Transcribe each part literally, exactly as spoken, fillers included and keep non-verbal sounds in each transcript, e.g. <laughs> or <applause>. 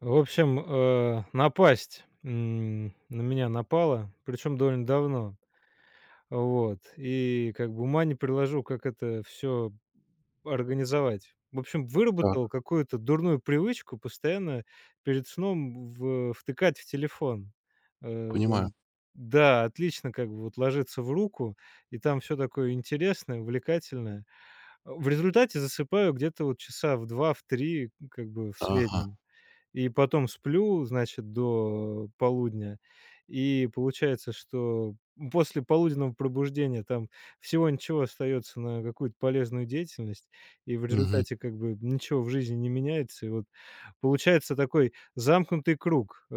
В общем, э, напасть, м, на меня напала, причем довольно давно. Вот. И как бы ума не приложу, как это все организовать. В общем, Так, выработал какую-то дурную привычку постоянно перед сном в втыкать в телефон. Э, понимаю. Он да, отлично как бы вот ложится в руку, и там все такое интересное, увлекательное. В результате засыпаю где-то вот часа в два, в три, как бы в Ага, среднем. И потом сплю, значит, до полудня. И получается, что после полуденного пробуждения там всего ничего остается на какую-то полезную деятельность, и в мгм. результате как бы ничего в жизни не меняется. И вот получается такой замкнутый круг, э,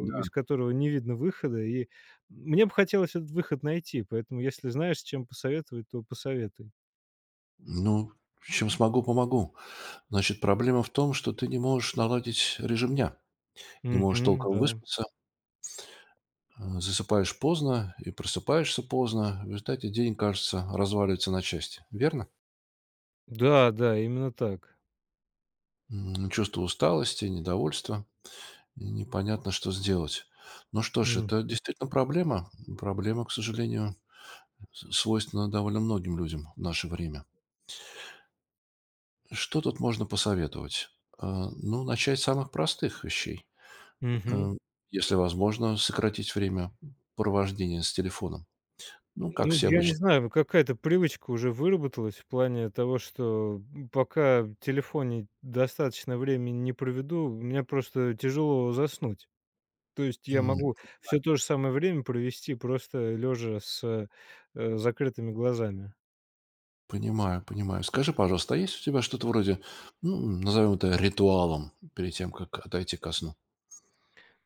Да. которого не видно выхода. И мне бы хотелось этот выход найти, поэтому если знаешь, с чем посоветовать, то посоветуй. Ну, чем смогу, помогу. Значит, проблема в том, что ты не можешь наладить режим дня, не можешь Мгм, толком да. выспаться, э, засыпаешь поздно и просыпаешься поздно. В результате день, кажется, разваливается на части. Верно? Да, да, именно так. М, Чувство усталости, недовольства, и непонятно, что сделать. Ну что ж, М. это действительно проблема. Проблема, к сожалению, с- свойственна довольно многим людям в наше время. Что тут можно посоветовать? А, ну, начать с самых простых вещей. Мгм. Э, Если возможно, сократить время провождения с телефоном. Ну, как Ну, все я не обычно. знаю, какая-то привычка уже выработалась в плане того, что, м, пока в телефоне достаточно времени не проведу, мне просто тяжело заснуть. То есть я М, могу все то же самое время провести просто лежа с, э, закрытыми глазами. Понимаю, понимаю. Скажи, пожалуйста, а есть у тебя что-то вроде, ну, назовем это ритуалом перед тем, как отойти ко сну?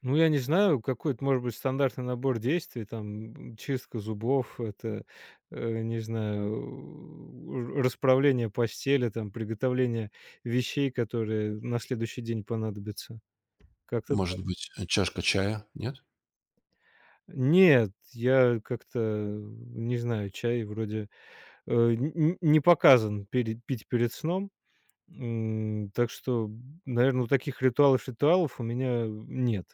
Ну, я не знаю, какой-то, может быть, стандартный набор действий, там, м, чистка зубов, это, э, не знаю, р расправление постели, там, приготовление вещей, которые на следующий день понадобятся. Как-то так. Может быть, э, чашка чая? Нет? Нет, я как-то, э, не знаю, чай вроде, э, н н не показан пере пить перед сном. М, так что, наверное, вот таких ритуалов ритуалов у меня э, нет.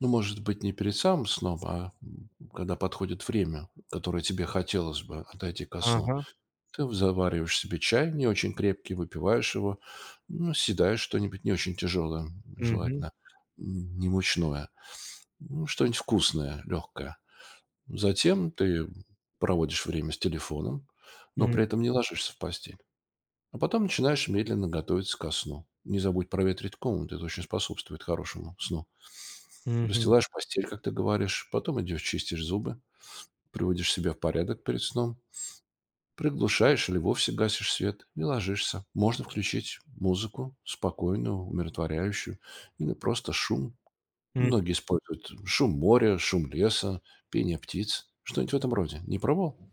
Ну, может быть, не перед самым сном, а м, когда подходит время, которое тебе хотелось бы отойти ко сну. Ага. Ты завариваешь себе чай не очень крепкий, выпиваешь его, ну, съедаешь что-нибудь не очень тяжелое, Мгм. желательно м, не мучное, ну, что-нибудь вкусное, легкое. Затем ты проводишь время с телефоном, но М. при этом не ложишься в постель. А потом начинаешь медленно готовиться ко сну. Не забудь проветрить комнату, это очень способствует хорошему сну. Расстилаешь постель, как ты говоришь, потом идешь чистишь зубы, приводишь себя в порядок перед сном, приглушаешь или вовсе гасишь свет и ложишься. Можно включить музыку спокойную, умиротворяющую или просто шум. Мгм. Многие используют шум моря, шум леса, пение птиц, что-нибудь в этом роде. Не пробовал?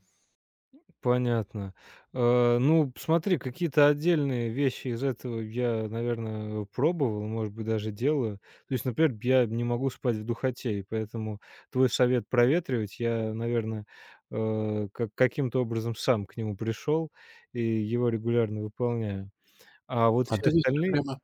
Понятно. Э, ну, смотри, какие-то отдельные вещи из этого я, наверное, пробовал, может быть, даже делаю. То есть, например, я не могу спать в духоте, и поэтому твой совет проветривать я, наверное, э, как каким-то образом сам к нему пришел и его регулярно выполняю. А вот А все ты выстроил остальные прямо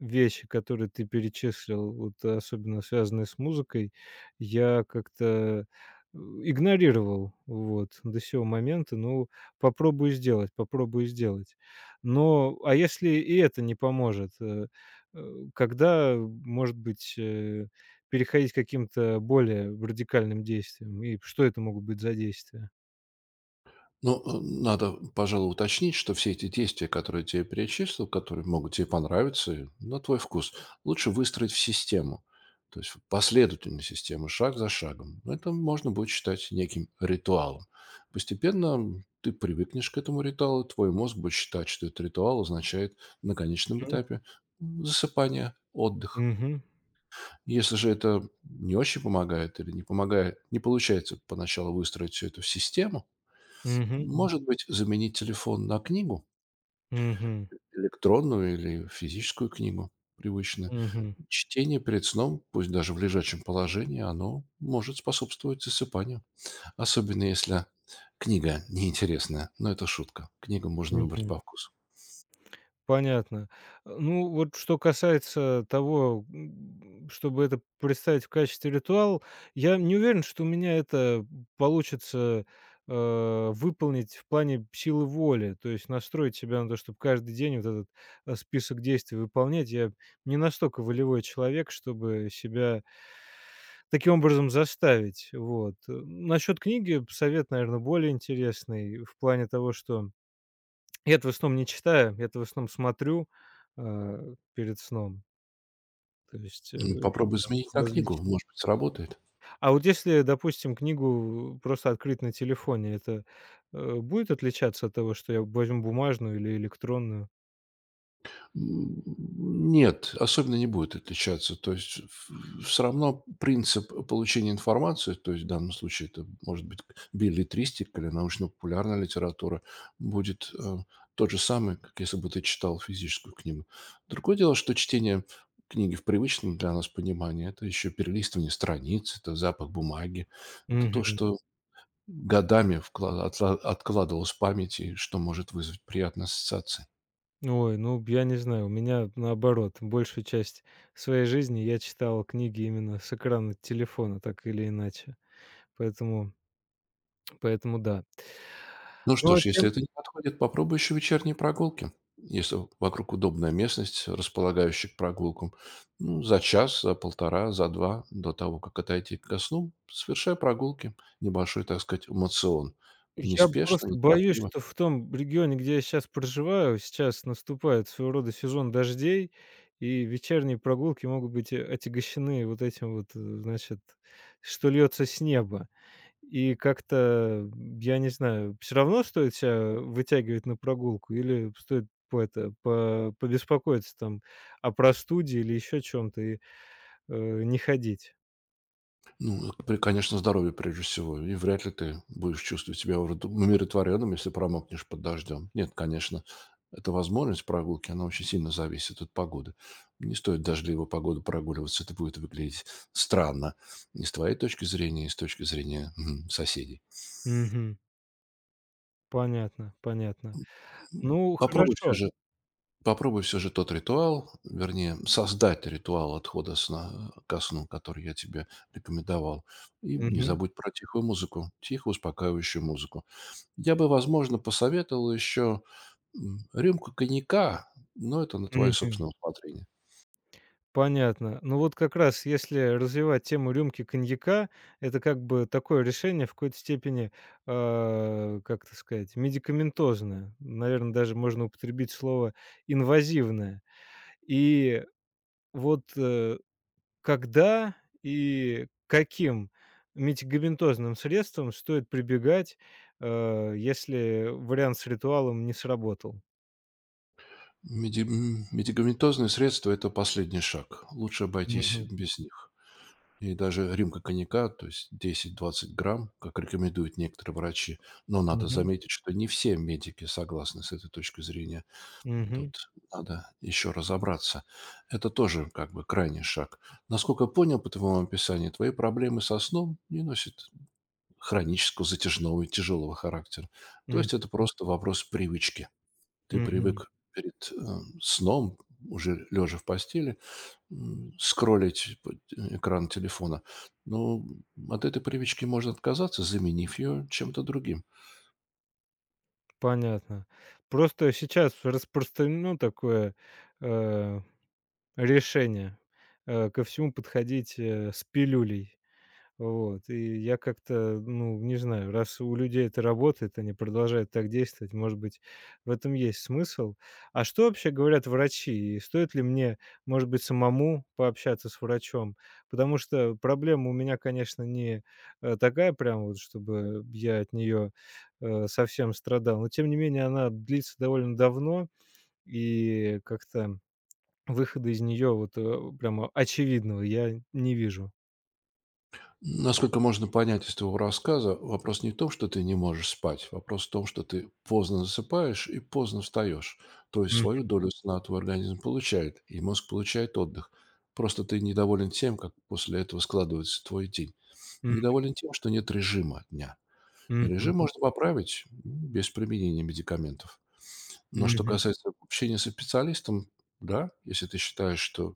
вещи, которые ты перечислил, вот э, особенно связанные с музыкой, я как-то, э, игнорировал вот до сего момента. Ну, попробую сделать, попробую сделать. Но, а если и это не поможет, э, э, когда, может быть, э, переходить к каким-то более радикальным действиям? И что это могут быть за действия? Ну, э, надо, пожалуй, уточнить, что все эти действия, которые тебе перечислил, которые могут тебе понравиться, и на твой вкус, лучше выстроить в систему. То есть в последовательную систему, шаг за шагом. Это можно будет считать неким ритуалом. Постепенно ты привыкнешь к этому ритуалу, твой мозг будет считать, что этот ритуал означает на конечном этапе засыпание, отдых. Мгм. Если же это не очень помогает или не помогает, не получается поначалу выстроить все это в систему, Мгм. может быть, заменить телефон на книгу, Мгм. электронную или физическую книгу, привычно. Мгм. Мгм. Чтение перед сном, пусть даже в лежачем положении, оно может способствовать засыпанию. Особенно если книга неинтересная. Но это шутка. Книгу можно выбрать Мгм. по вкусу. Понятно. Э, ну, вот что касается того, м, чтобы это представить в качестве ритуала, я не уверен, что у меня это получится, э, выполнить в плане силы воли. То есть настроить себя на то, чтобы каждый день вот этот, э, список действий выполнять. Я не настолько волевой человек, чтобы себя таким образом заставить. Вот. Э, насчет книги совет, наверное, более интересный в плане того, что я твой сном не читаю, я твой сном смотрю, э, перед сном, то есть, э, М, Попробуй видео заменить на книгу, различные. может быть, сработает. А вот если, допустим, книгу просто открыть на телефоне, это, э, будет отличаться от того, что я возьму бумажную или электронную? Нет, особенно не будет отличаться. То есть все равно принцип получения информации, то есть в данном случае это может быть билетристика или научно-популярная литература, будет э, тот же самый, как если бы ты читал физическую книгу. Другое дело, что чтение книги в привычном для нас понимании, это еще перелистывание страниц, это запах бумаги, это то, Мгм. что годами вкла- отла- откладывалось в памяти, что может вызвать приятные ассоциации. Ой, ну, я не знаю, у меня наоборот. Большую часть своей жизни я читал книги именно с экрана телефона, так или иначе. Поэтому поэтому да. Ну Но что ж, тем. если это не подходит, попробуй еще вечерние прогулки. Если вокруг удобная местность, располагающая к прогулкам, ну, за час, за полтора, за два до того, как отойти ко сну, совершай прогулки, небольшой, так сказать, эмоцион. Я Неспешно, просто боюсь, неторопливо. что в том регионе, где я сейчас проживаю, сейчас наступает своего рода сезон дождей, и вечерние прогулки могут быть, э, отягощены вот этим вот, э, значит, что льется с неба. И как-то, м, я не знаю, все равно стоит ся вытягивать на прогулку или стоит по это, по побеспокоиться там о простуде или еще чем то и, э, не ходить? Ну, это при конечно, здоровье прежде всего. И вряд ли ты будешь чувствовать себя урд умиротворенным, если промокнешь под дождем. Нет, конечно, эта возможность прогулки, она очень сильно зависит от погоды. Не стоит в дождливую погоду прогуливаться, это будет выглядеть странно и с твоей точки зрения, и с точки зрения, м, соседей. Мгм. Понятно, понятно. Ну, попробуй все хорошо. же попробуй все же тот ритуал, вернее, создать ритуал отхода сна э, ко сну, который я тебе рекомендовал. И не Мгм, забудь про тихую музыку, тихую, успокаивающую музыку. Я бы, возможно, посоветовал еще, м, рюмку коньяка, но это на твое мгм. собственное усмотрение. Понятно. Ну вот как раз если развивать тему рюмки коньяка, это как бы такое решение в какой-то степени, а, как это сказать, медикаментозное. Наверное, даже можно употребить слово инвазивное. И вот, э, когда и каким медикаментозным средством стоит прибегать, э, если вариант с ритуалом не сработал? Меди м, медикаментозные средства — это последний шаг. Лучше обойтись Мгм. без них. И даже рюмка коньяка, то есть десять двадцать грамм, как рекомендуют некоторые врачи. Но надо Мгм. заметить, что не все медики согласны с этой точкой зрения. Мгм. Тут надо еще разобраться. Это тоже как бы крайний шаг. Насколько я понял по твоему описанию, твои проблемы со сном не носят хронического, затяжного и тяжелого характера. То Мгм. есть это просто вопрос привычки. Ты Мгм. привык перед э, сном, уже лежа в постели, м, скроллить п- экран телефона. Но от этой привычки можно отказаться, заменив ее чем-то другим. Понятно. Просто сейчас распространено такое, э, решение, э, ко всему подходить, э, с пилюлей. Вот, и я как-то, ну, не знаю, раз у людей это работает, они продолжают так действовать, может быть, в этом есть смысл. А что вообще говорят врачи? И стоит ли мне, может быть, самому пообщаться с врачом? Потому что проблема у меня, конечно, не э, такая прям вот, чтобы я от нее э, совсем страдал, но тем не менее она длится довольно давно, и как-то выхода из нее вот э, прямо очевидного я не вижу. Насколько можно понять из твоего рассказа, вопрос не в том, что ты не можешь спать. Вопрос в том, что ты поздно засыпаешь и поздно встаешь. То есть свою долю сна твой организм получает, и мозг получает отдых. Просто ты недоволен тем, как после этого складывается твой день. Мгм. Недоволен тем, что нет режима дня. Мгм. Режим можно поправить м, без применения медикаментов. Но что Мгм. касается общения со специалистом, да, если ты считаешь, что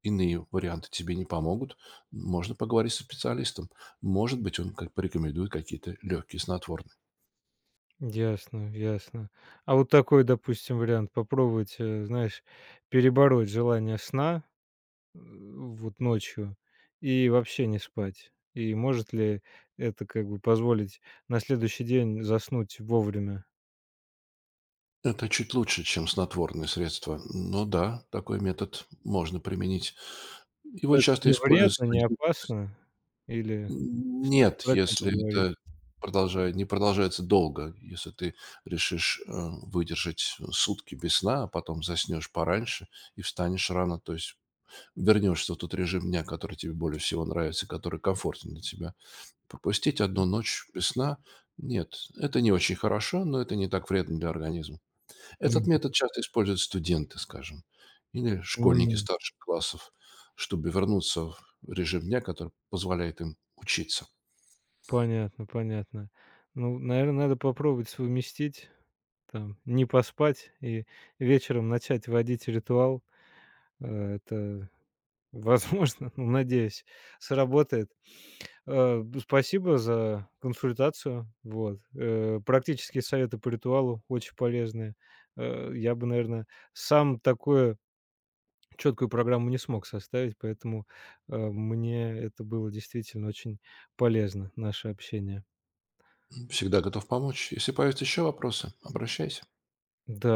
иные варианты тебе не помогут, можно поговорить со специалистом. Может быть, он как порекомендует какие-то легкие снотворные. Ясно, ясно. А вот такой, допустим, вариант попробовать, э, знаешь, перебороть желание сна, э, вот ночью и вообще не спать. И может ли это как бы позволить на следующий день заснуть вовремя? Это чуть лучше, чем снотворные средства. Но да, такой метод можно применить. Ну, Его это часто не используют вредно, не студенты. опасно? Или стоит Нет, с врачом если поговорить? это продолжает, не продолжается долго. Если ты решишь э, выдержать сутки без сна, а потом заснешь пораньше и встанешь рано, то есть вернешься в тот режим дня, который тебе более всего нравится, который комфортен для тебя, пропустить одну ночь без сна — нет, это не очень хорошо, но это не так вредно для организма. Этот Мгм. метод часто используют студенты, скажем, или школьники М. старших классов, чтобы вернуться в режим дня, который позволяет им учиться. Понятно, понятно. Ну, наверное, надо попробовать совместить там не поспать и вечером начать водить ритуал. Э, это, возможно, <laughs> ну, надеюсь, сработает. Э, б Спасибо за консультацию. Вот, э, практические советы по ритуалу очень полезные. Э, я бы, наверное, сам такую четкую программу не смог составить, поэтому, э, мне это было действительно очень полезно, наше общение. Всегда готов помочь. Если появятся еще вопросы, обращайся. Да.